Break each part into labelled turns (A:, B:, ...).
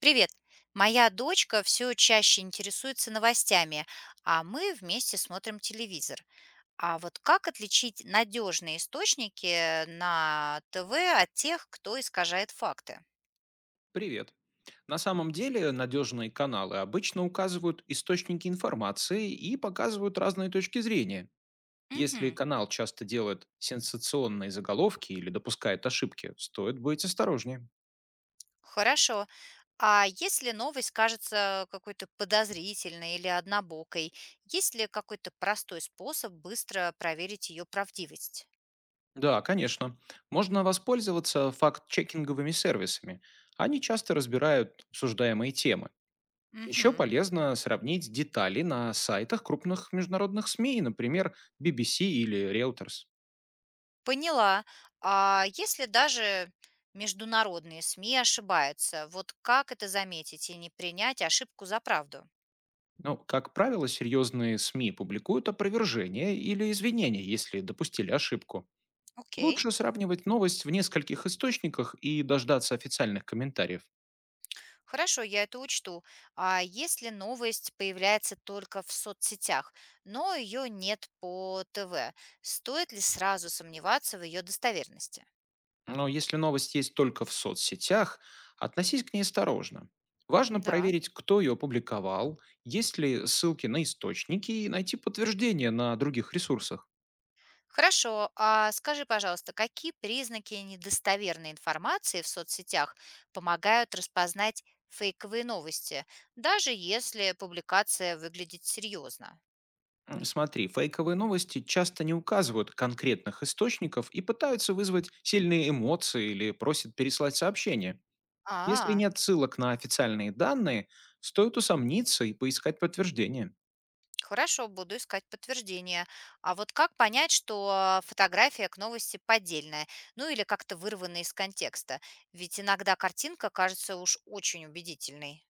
A: Привет. Моя дочка все чаще интересуется новостями, а мы вместе смотрим телевизор. А вот как отличить надежные источники на ТВ от тех, кто искажает факты?
B: Привет. На самом деле надежные каналы обычно указывают источники информации и показывают разные точки зрения. Если
A: Мгм.
B: канал часто делает сенсационные заголовки или допускает ошибки, стоит быть осторожнее.
A: Хорошо. А если новость кажется какой-то подозрительной или однобокой, есть ли какой-то простой способ быстро проверить ее правдивость?
B: Да, конечно. Можно воспользоваться факт-чекинговыми сервисами. Они часто разбирают обсуждаемые темы. Еще
A: Мгм.
B: полезно сравнить детали на сайтах крупных международных СМИ, например, BBC или Reuters.
A: Поняла. А если даже международные СМИ ошибаются, вот как это заметить и не принять ошибку за правду?
B: Ну, как правило, серьезные СМИ публикуют опровержение или извинения, если допустили ошибку.
A: Окей,
B: Лучше сравнивать новость в нескольких источниках и дождаться официальных комментариев.
A: хорошо, я это учту. А если новость появляется только в соцсетях, но ее нет по ТВ, стоит ли сразу сомневаться в ее достоверности?
B: Но если новость есть только в соцсетях, относись к ней осторожно. Важно
A: Да.
B: проверить, кто ее опубликовал, есть ли ссылки на источники и найти подтверждение на других ресурсах.
A: Хорошо, а скажи, пожалуйста, какие признаки недостоверной информации в соцсетях помогают распознать фейковые новости, даже если публикация выглядит серьезно?
B: Смотри, фейковые новости часто не указывают конкретных источников и пытаются вызвать сильные эмоции или просят переслать сообщение. Если
A: А,
B: нет ссылок на официальные данные, стоит усомниться и поискать подтверждение.
A: хорошо, буду искать подтверждение. А вот как понять, что фотография к новости поддельная, ну или как-то вырванная из контекста? Ведь иногда картинка кажется уж очень убедительной.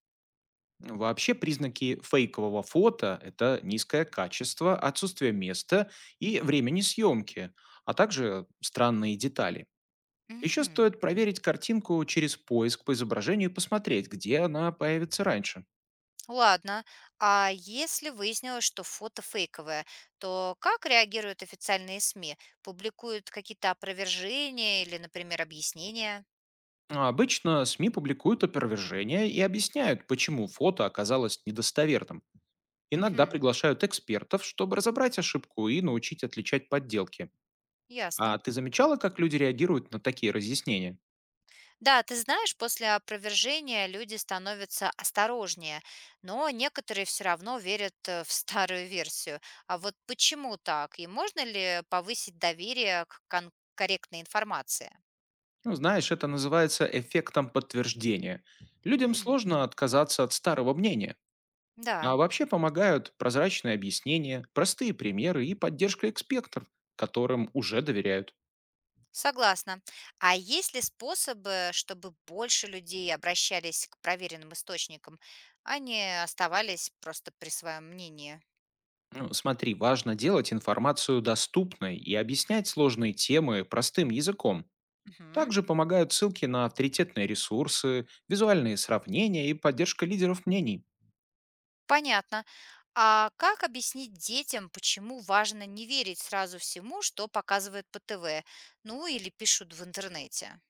B: Вообще признаки фейкового фото — это низкое качество, отсутствие места и времени съемки, а также странные детали. Еще
A: Мгм.
B: стоит проверить картинку через поиск по изображению и посмотреть, где она появится раньше.
A: Ладно. А если выяснилось, что фото фейковое, то как реагируют официальные СМИ? Публикуют какие-то опровержения или, например, объяснения?
B: Обычно СМИ публикуют опровержения и объясняют, почему фото оказалось недостоверным. Иногда
A: Мгм.
B: приглашают экспертов, чтобы разобрать ошибку и научить отличать подделки. А
A: Ясно.
B: ты замечала, как люди реагируют на такие разъяснения?
A: Да, ты знаешь, после опровержения люди становятся осторожнее, но некоторые все равно верят в старую версию. А вот почему так? И можно ли повысить доверие к корректной информации?
B: Ну, знаешь, это называется эффектом подтверждения. Людям
A: М,
B: сложно отказаться от старого мнения.
A: да.
B: А вообще помогают прозрачные объяснения, простые примеры и поддержка экспертов, которым уже доверяют.
A: Согласна. А есть ли способы, чтобы больше людей обращались к проверенным источникам, а не оставались просто при своем мнении?
B: Ну, смотри, важно делать информацию доступной и объяснять сложные темы простым языком.
A: Мгм.
B: Также помогают ссылки на авторитетные ресурсы, визуальные сравнения и поддержка лидеров мнений.
A: Понятно. А как объяснить детям, почему важно не верить сразу всему, что показывают по ТВ, ну или пишут в интернете?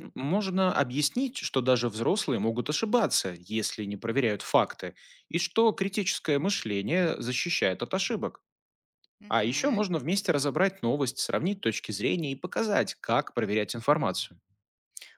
B: Можно объяснить, что даже взрослые могут ошибаться, если не проверяют факты, и что критическое мышление защищает от ошибок. А еще
A: Мгм.
B: можно вместе разобрать новость, сравнить точки зрения и показать, как проверять информацию.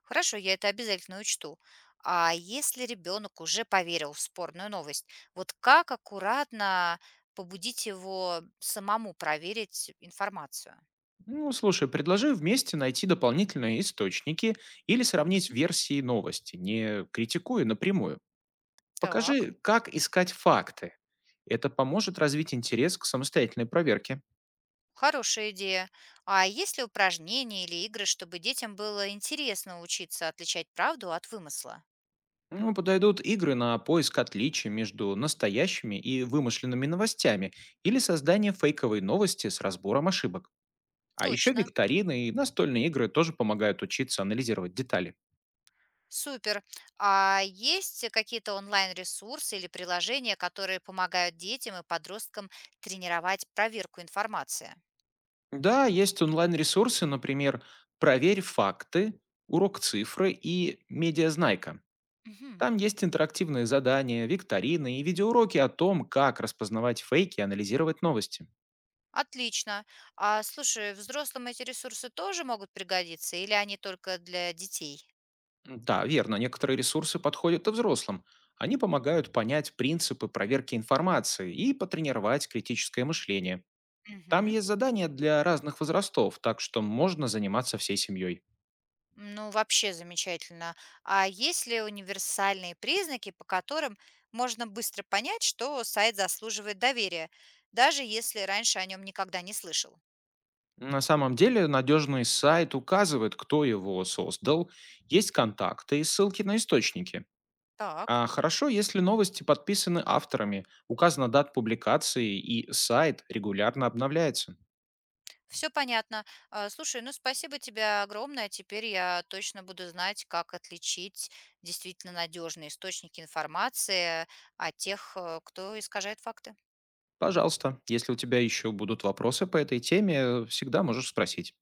A: Хорошо, я это обязательно учту. А если ребенок уже поверил в спорную новость, вот как аккуратно побудить его самому проверить информацию?
B: Ну, слушай, предложи вместе найти дополнительные источники или сравнить
A: Мгм.
B: версии новости, не критикуя напрямую.
A: Так,
B: Покажи, как искать факты. Это поможет развить интерес к самостоятельной проверке.
A: хорошая идея. А есть ли упражнения или игры, чтобы детям было интересно учиться отличать правду от вымысла?
B: Ну, подойдут игры на поиск отличий между настоящими и вымышленными новостями или создание фейковой новости с разбором ошибок. А еще
A: Точно.
B: викторины и настольные игры тоже помогают учиться анализировать детали.
A: Супер. А есть какие-то онлайн-ресурсы или приложения, которые помогают детям и подросткам тренировать проверку информации?
B: Да, есть онлайн-ресурсы, например, «Проверь факты», «Урок цифры» и «Медиазнайка».
A: Мгм.
B: Там есть интерактивные задания, викторины и видеоуроки о том, как распознавать фейки и анализировать новости.
A: Отлично. А слушай, взрослым эти ресурсы тоже могут пригодиться или они только для детей?
B: Да, верно, некоторые ресурсы подходят и взрослым. Они помогают понять принципы проверки информации и потренировать критическое мышление. Там
A: Мгм.
B: есть задания для разных возрастов, так что можно заниматься всей семьей.
A: Ну, вообще замечательно. А есть ли универсальные признаки, по которым можно быстро понять, что сайт заслуживает доверия, даже если раньше о нем никогда не слышал?
B: На самом деле надежный сайт указывает, кто его создал, есть контакты и ссылки на источники.
A: Так.
B: А хорошо, если новости подписаны авторами, указана дата публикации и сайт регулярно обновляется.
A: Все понятно. А, слушай, ну спасибо тебе огромное. Теперь я точно буду знать, как отличить действительно надежные источники информации от тех, кто искажает факты.
B: Пожалуйста, если у тебя еще будут вопросы по этой теме, всегда можешь спросить.